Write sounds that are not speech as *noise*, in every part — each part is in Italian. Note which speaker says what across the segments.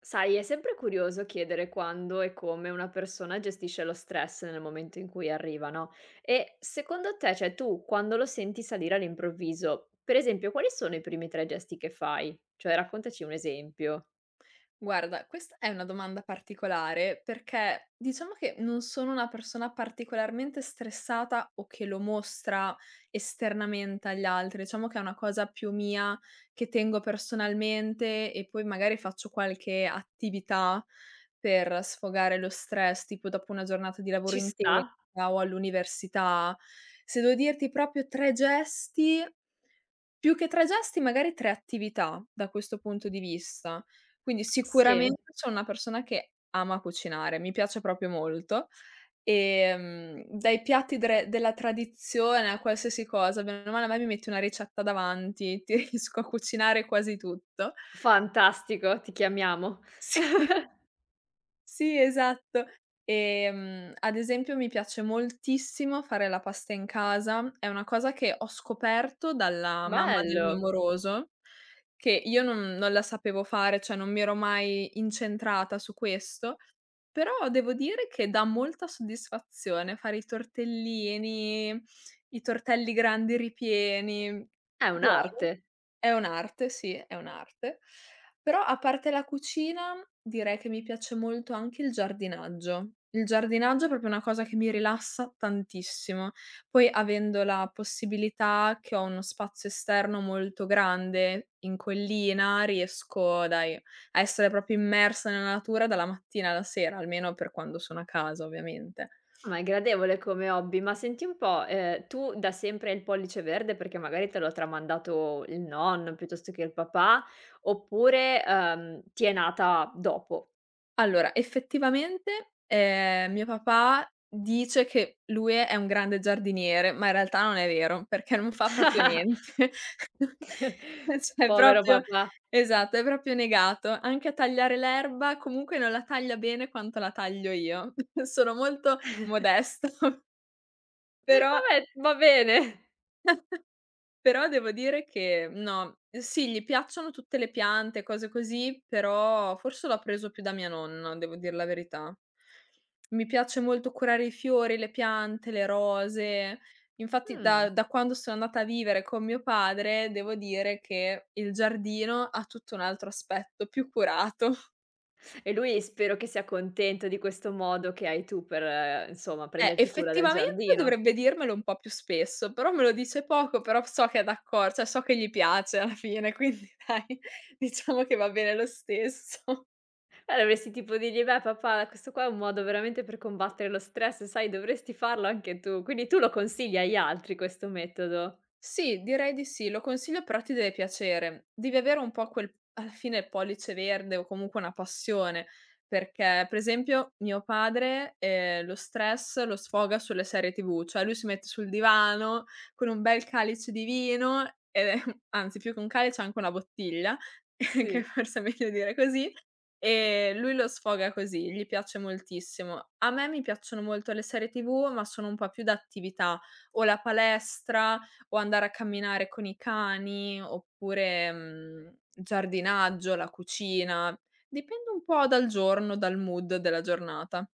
Speaker 1: Sai, è sempre curioso chiedere quando e come una persona gestisce lo stress nel momento in cui arriva, no? E secondo te, cioè tu, quando lo senti salire all'improvviso, per esempio, quali sono i primi tre gesti che fai? Cioè, raccontaci un esempio.
Speaker 2: Guarda, questa è una domanda particolare perché diciamo che non sono una persona particolarmente stressata o che lo mostra esternamente agli altri, diciamo che è una cosa più mia che tengo personalmente e poi magari faccio qualche attività per sfogare lo stress, tipo dopo una giornata di lavoro
Speaker 1: Ci sta?
Speaker 2: intensa o all'università. Se devo dirti proprio tre gesti, più che tre gesti, magari tre attività da questo punto di vista. Quindi
Speaker 1: Sì.
Speaker 2: sicuramente sono una persona che ama cucinare, mi piace proprio molto. Dai piatti dre della tradizione a qualsiasi cosa, bene o male a me mi metti una ricetta davanti, ti *laughs* riesco a cucinare quasi tutto.
Speaker 1: Fantastico, ti chiamiamo.
Speaker 2: Sì.
Speaker 1: *laughs*
Speaker 2: Sì, esatto. Ad esempio mi piace moltissimo fare la pasta in casa, è una cosa che ho scoperto dalla mamma del mio
Speaker 1: Bello,
Speaker 2: moroso, che io non la sapevo fare, cioè non mi ero mai incentrata su questo, però devo dire che dà molta soddisfazione fare i tortellini, i tortelli grandi ripieni.
Speaker 1: è
Speaker 2: Buono.
Speaker 1: un'arte.
Speaker 2: È un'arte, sì, è un'arte. Però a parte la cucina, direi che mi piace molto anche il giardinaggio. Il giardinaggio è proprio una cosa che mi rilassa tantissimo. Poi avendo la possibilità che ho uno spazio esterno molto grande, in collina, riesco, dai, a essere proprio immersa nella natura dalla mattina alla sera, almeno per quando sono a casa, ovviamente.
Speaker 1: Ma è gradevole come hobby, ma senti un po', tu da sempre hai il pollice verde perché magari te l'ha tramandato il nonno piuttosto che il papà, oppure, ti è nata dopo?
Speaker 2: Allora, effettivamente, mio papà dice che lui è un grande giardiniere, ma in realtà non è vero, perché non fa proprio
Speaker 1: *laughs*
Speaker 2: niente. *laughs* E cioè è
Speaker 1: Povero
Speaker 2: proprio
Speaker 1: papà.
Speaker 2: esatto, è proprio negato. Anche a tagliare l'erba, comunque non la taglia bene quanto la taglio io. *laughs* Sono molto modesta, *laughs* però
Speaker 1: Vabbè, va bene.
Speaker 2: però devo dire che no, sì, gli piacciono tutte le piante, cose così, però forse l'ho preso più da mia nonna, devo dir la verità. Mi piace molto curare i fiori, le piante, le rose. Infatti
Speaker 1: Mh.
Speaker 2: da quando sono andata a vivere con mio padre, devo dire che il giardino ha tutto un altro aspetto, più curato.
Speaker 1: E lui spero che sia contento di questo modo che hai tu per, insomma, prenderti cura del
Speaker 2: Effettivamente
Speaker 1: giardino.
Speaker 2: dovrebbe dirmelo un po' più spesso, però me lo dice poco, però so che è d'accor cioè so che gli piace alla fine, quindi dai, *laughs* diciamo che va bene lo stesso.
Speaker 1: Dovresti tipo dirgli: "Beh papà, questo qua è un modo veramente per combattere lo stress, sai dovresti farlo anche tu." Quindi tu lo consigli agli altri questo metodo.
Speaker 2: Sì, direi di sì, lo consiglio però ti deve piacere. Devi avere un po' quel alla fine pollice verde o comunque una passione, perché per esempio mio padre, lo stress lo sfoga sulle serie TV, cioè lui si mette sul divano con un bel calice di vino, ehm, *laughs* anzi più che un calice anche una bottiglia, *laughs* che
Speaker 1: Sì.
Speaker 2: forse è meglio dire così. Lui lo sfoga così, gli piace moltissimo. A me mi piacciono molto le serie TV, ma sono un po' più da attività, o la palestra, o andare a camminare con i cani, oppure, mhmm, giardinaggio, la cucina. Dipende un po' dal giorno, dal mood della giornata.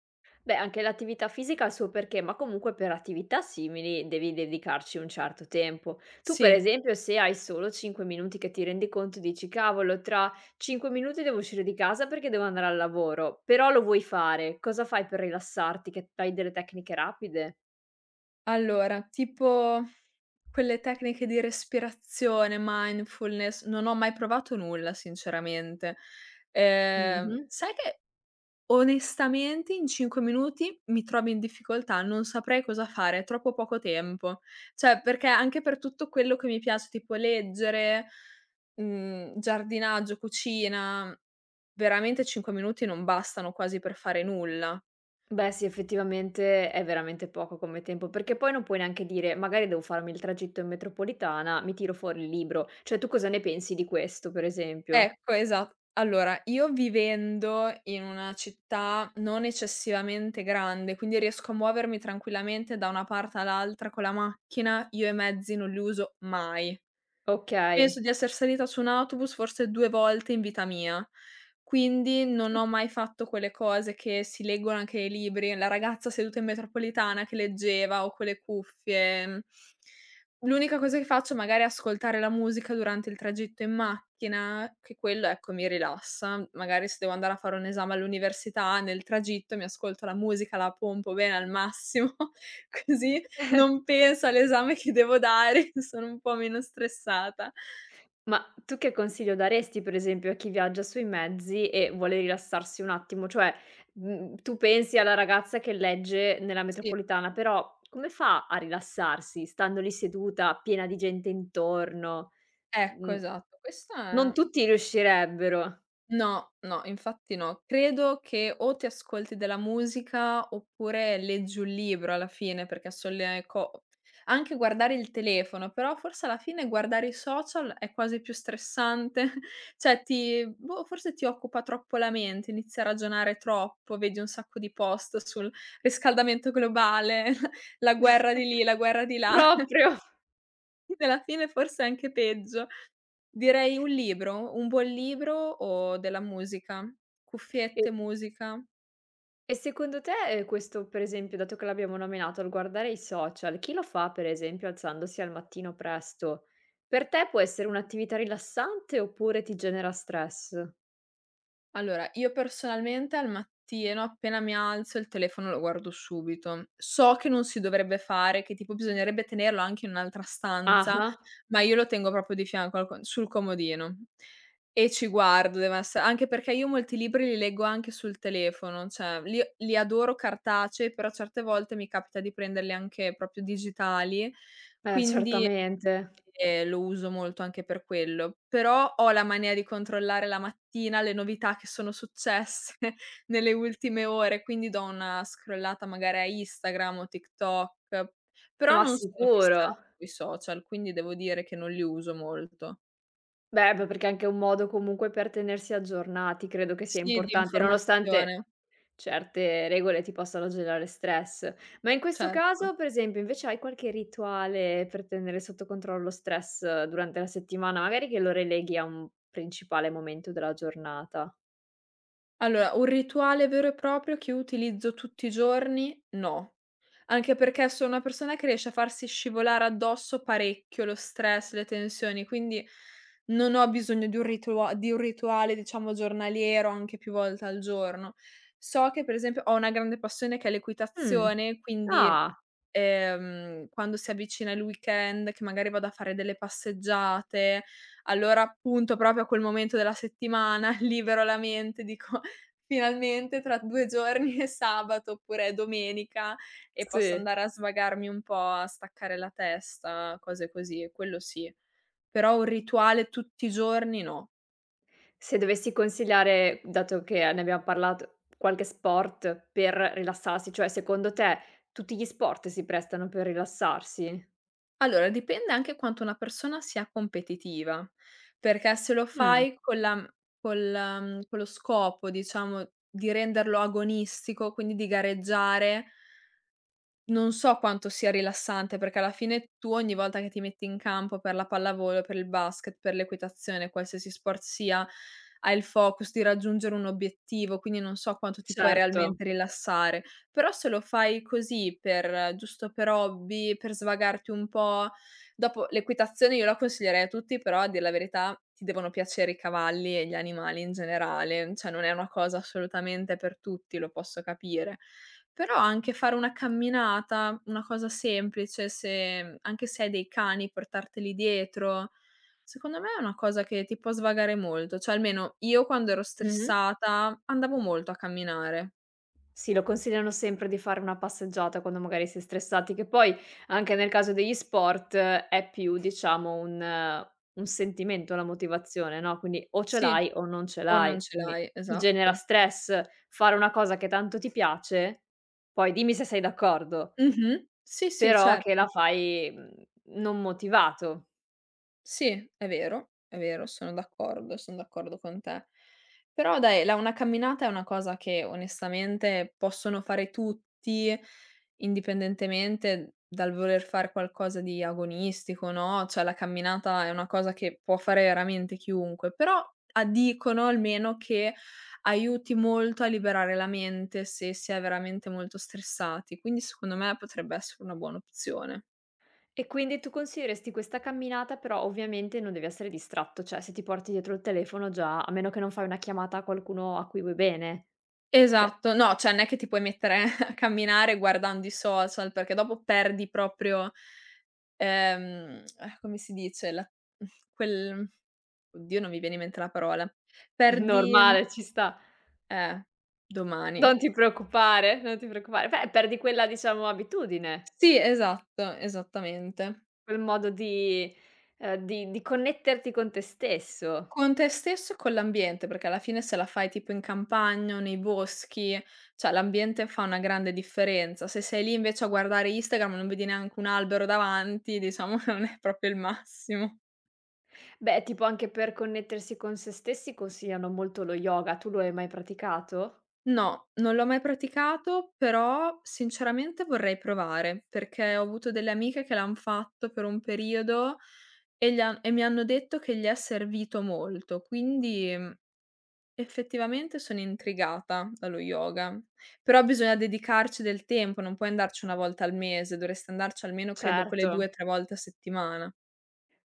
Speaker 1: Beh, anche l'attività fisica ha il suo perché, ma comunque per attività simili devi dedicarci un certo tempo. Tu per
Speaker 2: Sì.
Speaker 1: esempio se hai solo 5 minuti che ti rendi conto dici: "Cavolo, tra 5 minuti devo uscire di casa perché devo andare al lavoro." Però lo vuoi fare, cosa fai per rilassarti? Che hai delle tecniche rapide?
Speaker 2: Allora, tipo quelle tecniche di respirazione, mindfulness, non ho mai provato nulla sinceramente.
Speaker 1: Mh-mh.
Speaker 2: Sai che Onestamente in 5 minuti mi trovi in difficoltà, non saprei cosa fare, è troppo poco tempo. Cioè, perché anche per tutto quello che mi piace, tipo leggere, mhmm, giardinaggio, cucina, veramente 5 minuti non bastano quasi per fare nulla.
Speaker 1: Beh sì, effettivamente è veramente poco come tempo, perché poi non puoi neanche dire: "Magari devo farmi il tragitto in metropolitana, mi tiro fuori il libro". Cioè, tu cosa ne pensi di questo, per esempio?
Speaker 2: Ecco, esa allora, io vivendo in una città non eccessivamente grande, quindi riesco a muovermi tranquillamente da una parte all'altra con la macchina, io i mezzi non li uso mai.
Speaker 1: Okay.
Speaker 2: Penso di esser salita su un autobus forse 2 volte in vita mia, quindi non ho mai fatto quelle cose che si leggono anche nei libri, la ragazza seduta in metropolitana che leggeva o con le cuffie, mhmm. L'unica cosa che faccio magari è magari ascoltare la musica durante il tragitto in macchina, che quello, ecco, mi rilassa. Magari se devo andare a fare un esame all'università, nel tragitto mi ascolto la musica, la pompo bene al massimo, *laughs* così non penso all'esame che devo dare, *laughs* sono un po' meno stressata.
Speaker 1: Ma tu che consiglio daresti, per esempio, a chi viaggia sui mezzi e vuole rilassarsi un attimo? Cioè, tu pensi alla ragazza che legge nella
Speaker 2: Sì,
Speaker 1: metropolitana, però come fa a rilassarsi stando lì seduta, piena di gente intorno?
Speaker 2: ecco
Speaker 1: Mhmm,
Speaker 2: esatto. Questa
Speaker 1: non
Speaker 2: è
Speaker 1: tutti riuscirebbero.
Speaker 2: no, no, infatti no. Credo che o ti ascolti della musica oppure leggi un libro alla fine, perché son le co anche guardare il telefono, però forse alla fine guardare i social è quasi più stressante, *laughs* cioè ti boh, forse ti occupa troppo la mente, inizi a ragionare troppo, vedi un sacco di post sul riscaldamento globale, *laughs* la guerra di
Speaker 1: *laughs*
Speaker 2: lì, la guerra di là.
Speaker 1: Proprio.
Speaker 2: *laughs* Alla fine forse è anche peggio. Direi un libro, un buon libro o della musica.
Speaker 1: E
Speaker 2: Cuffiette, musica.
Speaker 1: e secondo te, questo per esempio, dato che l'abbiamo nominato, il guardare i social, chi lo fa per esempio alzandosi al mattino presto, per te può essere un'attività rilassante oppure ti genera stress?
Speaker 2: Allora, io personalmente al mattino appena mi alzo il telefono lo guardo subito. So che non si dovrebbe fare, che tipo bisognerebbe tenerlo anche in un'altra stanza,
Speaker 1: Ah-ah,
Speaker 2: ma io lo tengo proprio di fianco al co sul comodino e ci guardo, deve esse anche perché io molti libri li leggo anche sul telefono, cioè li adoro cartacei, però certe volte mi capita di prenderli anche proprio digitali, quindi
Speaker 1: certamente,
Speaker 2: e lo uso molto anche per quello. Però ho la mania di controllare la mattina le novità che sono successe *laughs* nelle ultime ore, quindi do una scrollata magari a Instagram o TikTok, però
Speaker 1: ma
Speaker 2: non sono
Speaker 1: sicuro.
Speaker 2: fissata sui social, quindi devo dire che non li uso molto.
Speaker 1: Beh, beh, perché è anche un modo comunque per tenersi aggiornati, credo che sia
Speaker 2: Sì, di
Speaker 1: importante, nonostante
Speaker 2: informazione,
Speaker 1: certe regole ti possono generare stress. Ma in questo
Speaker 2: certo.
Speaker 1: caso, per esempio, invece hai qualche rituale per tenere sotto controllo lo stress durante la settimana, magari che lo releghi a un principale momento della giornata?
Speaker 2: Allora, un rituale vero e proprio che utilizzo tutti i giorni, no. Anche perché sono una persona che riesce a farsi scivolare addosso parecchio lo stress, le tensioni, quindi non ho bisogno di un ritua di un rituale, diciamo, giornaliero, anche più volte al giorno. So che per esempio ho una grande passione che è
Speaker 1: Mh.
Speaker 2: l'equitazione, quindi,
Speaker 1: Ah,
Speaker 2: quando si avvicina il weekend, che magari vado a fare delle passeggiate, allora appunto proprio a quel momento della settimana *laughs* libero la mente, dico: "Finalmente tra 2 giorni è sabato oppure è domenica." E posso
Speaker 1: sì.
Speaker 2: andare a svagarmi un po', a staccare la testa, cose così, quello sì. Però un rituale tutti i giorni no.
Speaker 1: Se dovessi consigliare, dato che ne abbiamo parlato, qualche sport per rilassarsi, cioè secondo te tutti gli sport si prestano per rilassarsi?
Speaker 2: Allora dipende anche quanto una persona sia competitiva, perché se lo
Speaker 1: Mh,
Speaker 2: fai con la mhmm, col con lo scopo diciamo di renderlo agonistico, quindi di gareggiare non so quanto sia rilassante, perché alla fine tu ogni volta che ti metti in campo per la pallavolo, per il basket, per l'equitazione, qualsiasi sport sia, hai il focus di raggiungere un obiettivo, quindi non so quanto ti puoi
Speaker 1: certo.
Speaker 2: realmente rilassare. Però se lo fai così per giusto per hobby, per svagarti un po', dopo l'equitazione io la consiglierei a tutti, però a dir la verità ti devono piacere i cavalli e gli animali in generale, cioè non è una cosa assolutamente per tutti, lo posso capire. Però anche fare una camminata, una cosa semplice, se anche se hai dei cani, portarteli dietro, secondo me è una cosa che ti può svagare molto. Cioè, almeno io quando ero
Speaker 1: Mh-mh.
Speaker 2: stressata andavo molto a camminare.
Speaker 1: Sì, lo consigliano sempre di fare una passeggiata quando magari si è stressati, che poi anche nel caso degli sport è più diciamo un sentimento la motivazione, no, quindi o ce
Speaker 2: Sì,
Speaker 1: l'hai o non ce
Speaker 2: o non
Speaker 1: l'hai,
Speaker 2: ce
Speaker 1: quindi
Speaker 2: l'hai,
Speaker 1: ti genera
Speaker 2: esatto.
Speaker 1: stress fare una cosa che tanto ti piace, poi dimmi se sei d'accordo,
Speaker 2: Mh-mh. Sì, sì,
Speaker 1: però
Speaker 2: certo.
Speaker 1: che la fai, non motivato.
Speaker 2: Sì, è vero, sono d'accordo, son d'accordo con te. Però dai, la una camminata è una cosa che onestamente possono fare tutti, indipendentemente dal voler fare qualcosa di agonistico, no, cioè la camminata è una cosa che può fare veramente chiunque, però a dicono almeno che aiuti molto a liberare la mente se si è veramente molto stressati, quindi secondo me potrebbe essere una buona opzione.
Speaker 1: E quindi tu consiglieresti questa camminata, però ovviamente non devi essere distratto, cioè se ti porti dietro il telefono già a meno che non fai una chiamata a qualcuno a cui vuoi bene. Cioè,
Speaker 2: Esatto. No, cioè non è che ti puoi mettere *laughs* a camminare guardando i social, perché dopo perdi proprio, come si dice, la mh, quel oddio non mi viene in mente la parola.
Speaker 1: *laughs*
Speaker 2: Perdi
Speaker 1: normale, ci sta.
Speaker 2: eh, domani.
Speaker 1: Non ti preoccupare, non ti preoccupare. Beh, perdi quella diciamo abitudine,
Speaker 2: Sì, esatto, esattamente.
Speaker 1: quel modo di di connetterti con te stesso.
Speaker 2: Con te stesso e con l'ambiente, perché alla fine se la fai tipo in campagna o nei boschi, cioè l'ambiente fa una grande differenza. Se sei lì invece a guardare Instagram e non vedi neanche un albero davanti, diciamo *laughs* non è proprio il massimo.
Speaker 1: Beh, tipo anche per connettersi con se stessi consigliano molto lo yoga. Tu lo hai mai praticato?
Speaker 2: No, non l'ho mai praticato, però sinceramente vorrei provare, perché ho avuto delle amiche che l'han fatto per un periodo e gli han e mi hanno detto che gli è servito molto, quindi mm, effettivamente sono intrigata dallo yoga, però bisogna dedicarci del tempo, non puoi andarci 1 volta al mese, dovresti andarci almeno credo quelle
Speaker 1: Certo.
Speaker 2: 2, 3 volte a settimana.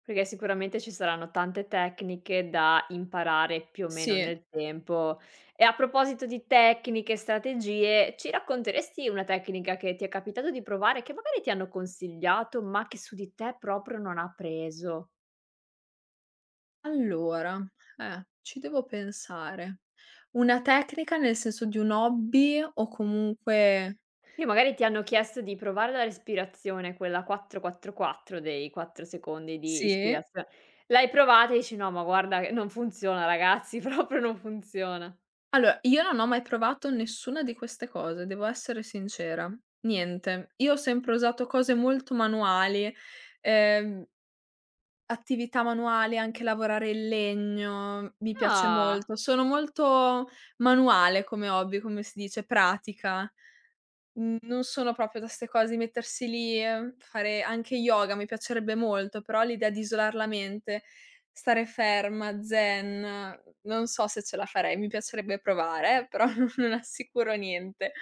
Speaker 1: Perché sicuramente ci saranno tante tecniche da imparare più o meno
Speaker 2: Sì.
Speaker 1: nel tempo. E a proposito di tecniche e strategie, ci racconteresti una tecnica che ti è capitato di provare, che magari ti hanno consigliato, ma che su di te proprio non ha preso?
Speaker 2: Allora, ci devo pensare. Una tecnica nel senso di un hobby o comunque
Speaker 1: E magari ti hanno chiesto di provare la respirazione, quella 4-4-4 dei 4 secondi di
Speaker 2: sì?
Speaker 1: ispirazio l'hai provata e dici: "No, ma guarda che non funziona ragazzi, *laughs* proprio non funziona".
Speaker 2: Allora, io non ho mai provato nessuna di queste cose, devo essere sincera. Niente. Io ho sempre usato cose molto manuali, ehm attività manuale, anche lavorare il legno, mi piace
Speaker 1: Ah!
Speaker 2: molto. Sono molto manuale come hobby, come si dice, pratica. N non sono proprio da 'ste cose di mettersi lì, fare anche yoga, mi piacerebbe molto, però l'idea di isolar la mente, stare ferma, zen, non so se ce la farei, mi piacerebbe provare però *laughs* non assicuro niente.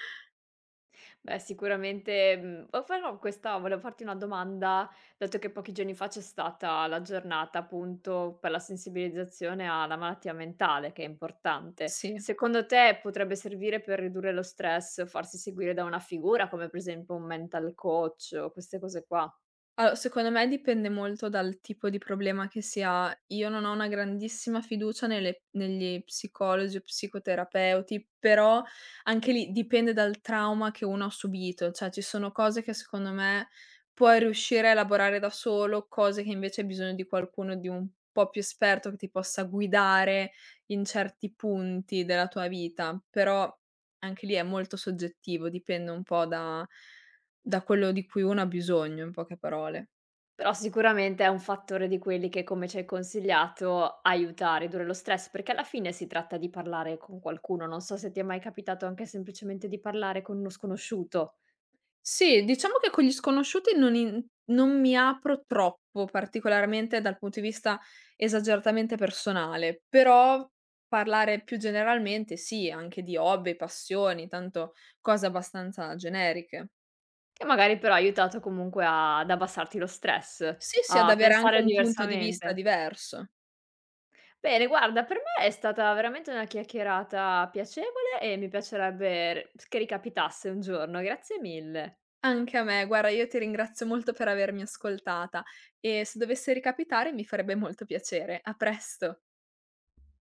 Speaker 1: Beh, sicuramente, o farò questa volevo farti una domanda, dato che pochi giorni fa c'è stata la giornata, appunto, per la sensibilizzazione alla malattia mentale, che è importante.
Speaker 2: Sì.
Speaker 1: Secondo te potrebbe servire per ridurre lo stress, farsi seguire da una figura, come per esempio un mental coach o queste cose qua?
Speaker 2: Allora, secondo me dipende molto dal tipo di problema che si ha. Io non ho una grandissima fiducia nelle negli psicologi o psicoterapeuti, però anche lì dipende dal trauma che uno ha subito, cioè ci sono cose che secondo me puoi riuscire a elaborare da solo, cose che invece hai bisogno di qualcuno di un po' più esperto che ti possa guidare in certi punti della tua vita, però anche lì è molto soggettivo, dipende un po' da da quello di cui uno ha bisogno, in poche parole.
Speaker 1: Però sicuramente è un fattore di quelli che, come ci hai consigliato, aiuta a ridurre lo stress, perché alla fine si tratta di parlare con qualcuno. Non so se ti è mai capitato anche semplicemente di parlare con uno sconosciuto.
Speaker 2: Sì, diciamo che con gli sconosciuti non in non mi apro troppo particolarmente dal punto di vista esageratamente personale, però parlare più generalmente sì, anche di hobby, passioni, tanto cose abbastanza generiche.
Speaker 1: Che magari però ha aiutato comunque a ad abbassarti lo stress,
Speaker 2: Sì, sì, ad
Speaker 1: a
Speaker 2: avere anche
Speaker 1: pensare
Speaker 2: un punto di vista
Speaker 1: diversamente.
Speaker 2: diverso.
Speaker 1: Bene, guarda, per me è stata veramente una chiacchierata piacevole e mi piacerebbe r che ricapitasse un giorno. Grazie mille.
Speaker 2: Anche a me, guarda io ti ringrazio molto per avermi ascoltata e se dovesse ricapitare mi farebbe molto piacere. A presto.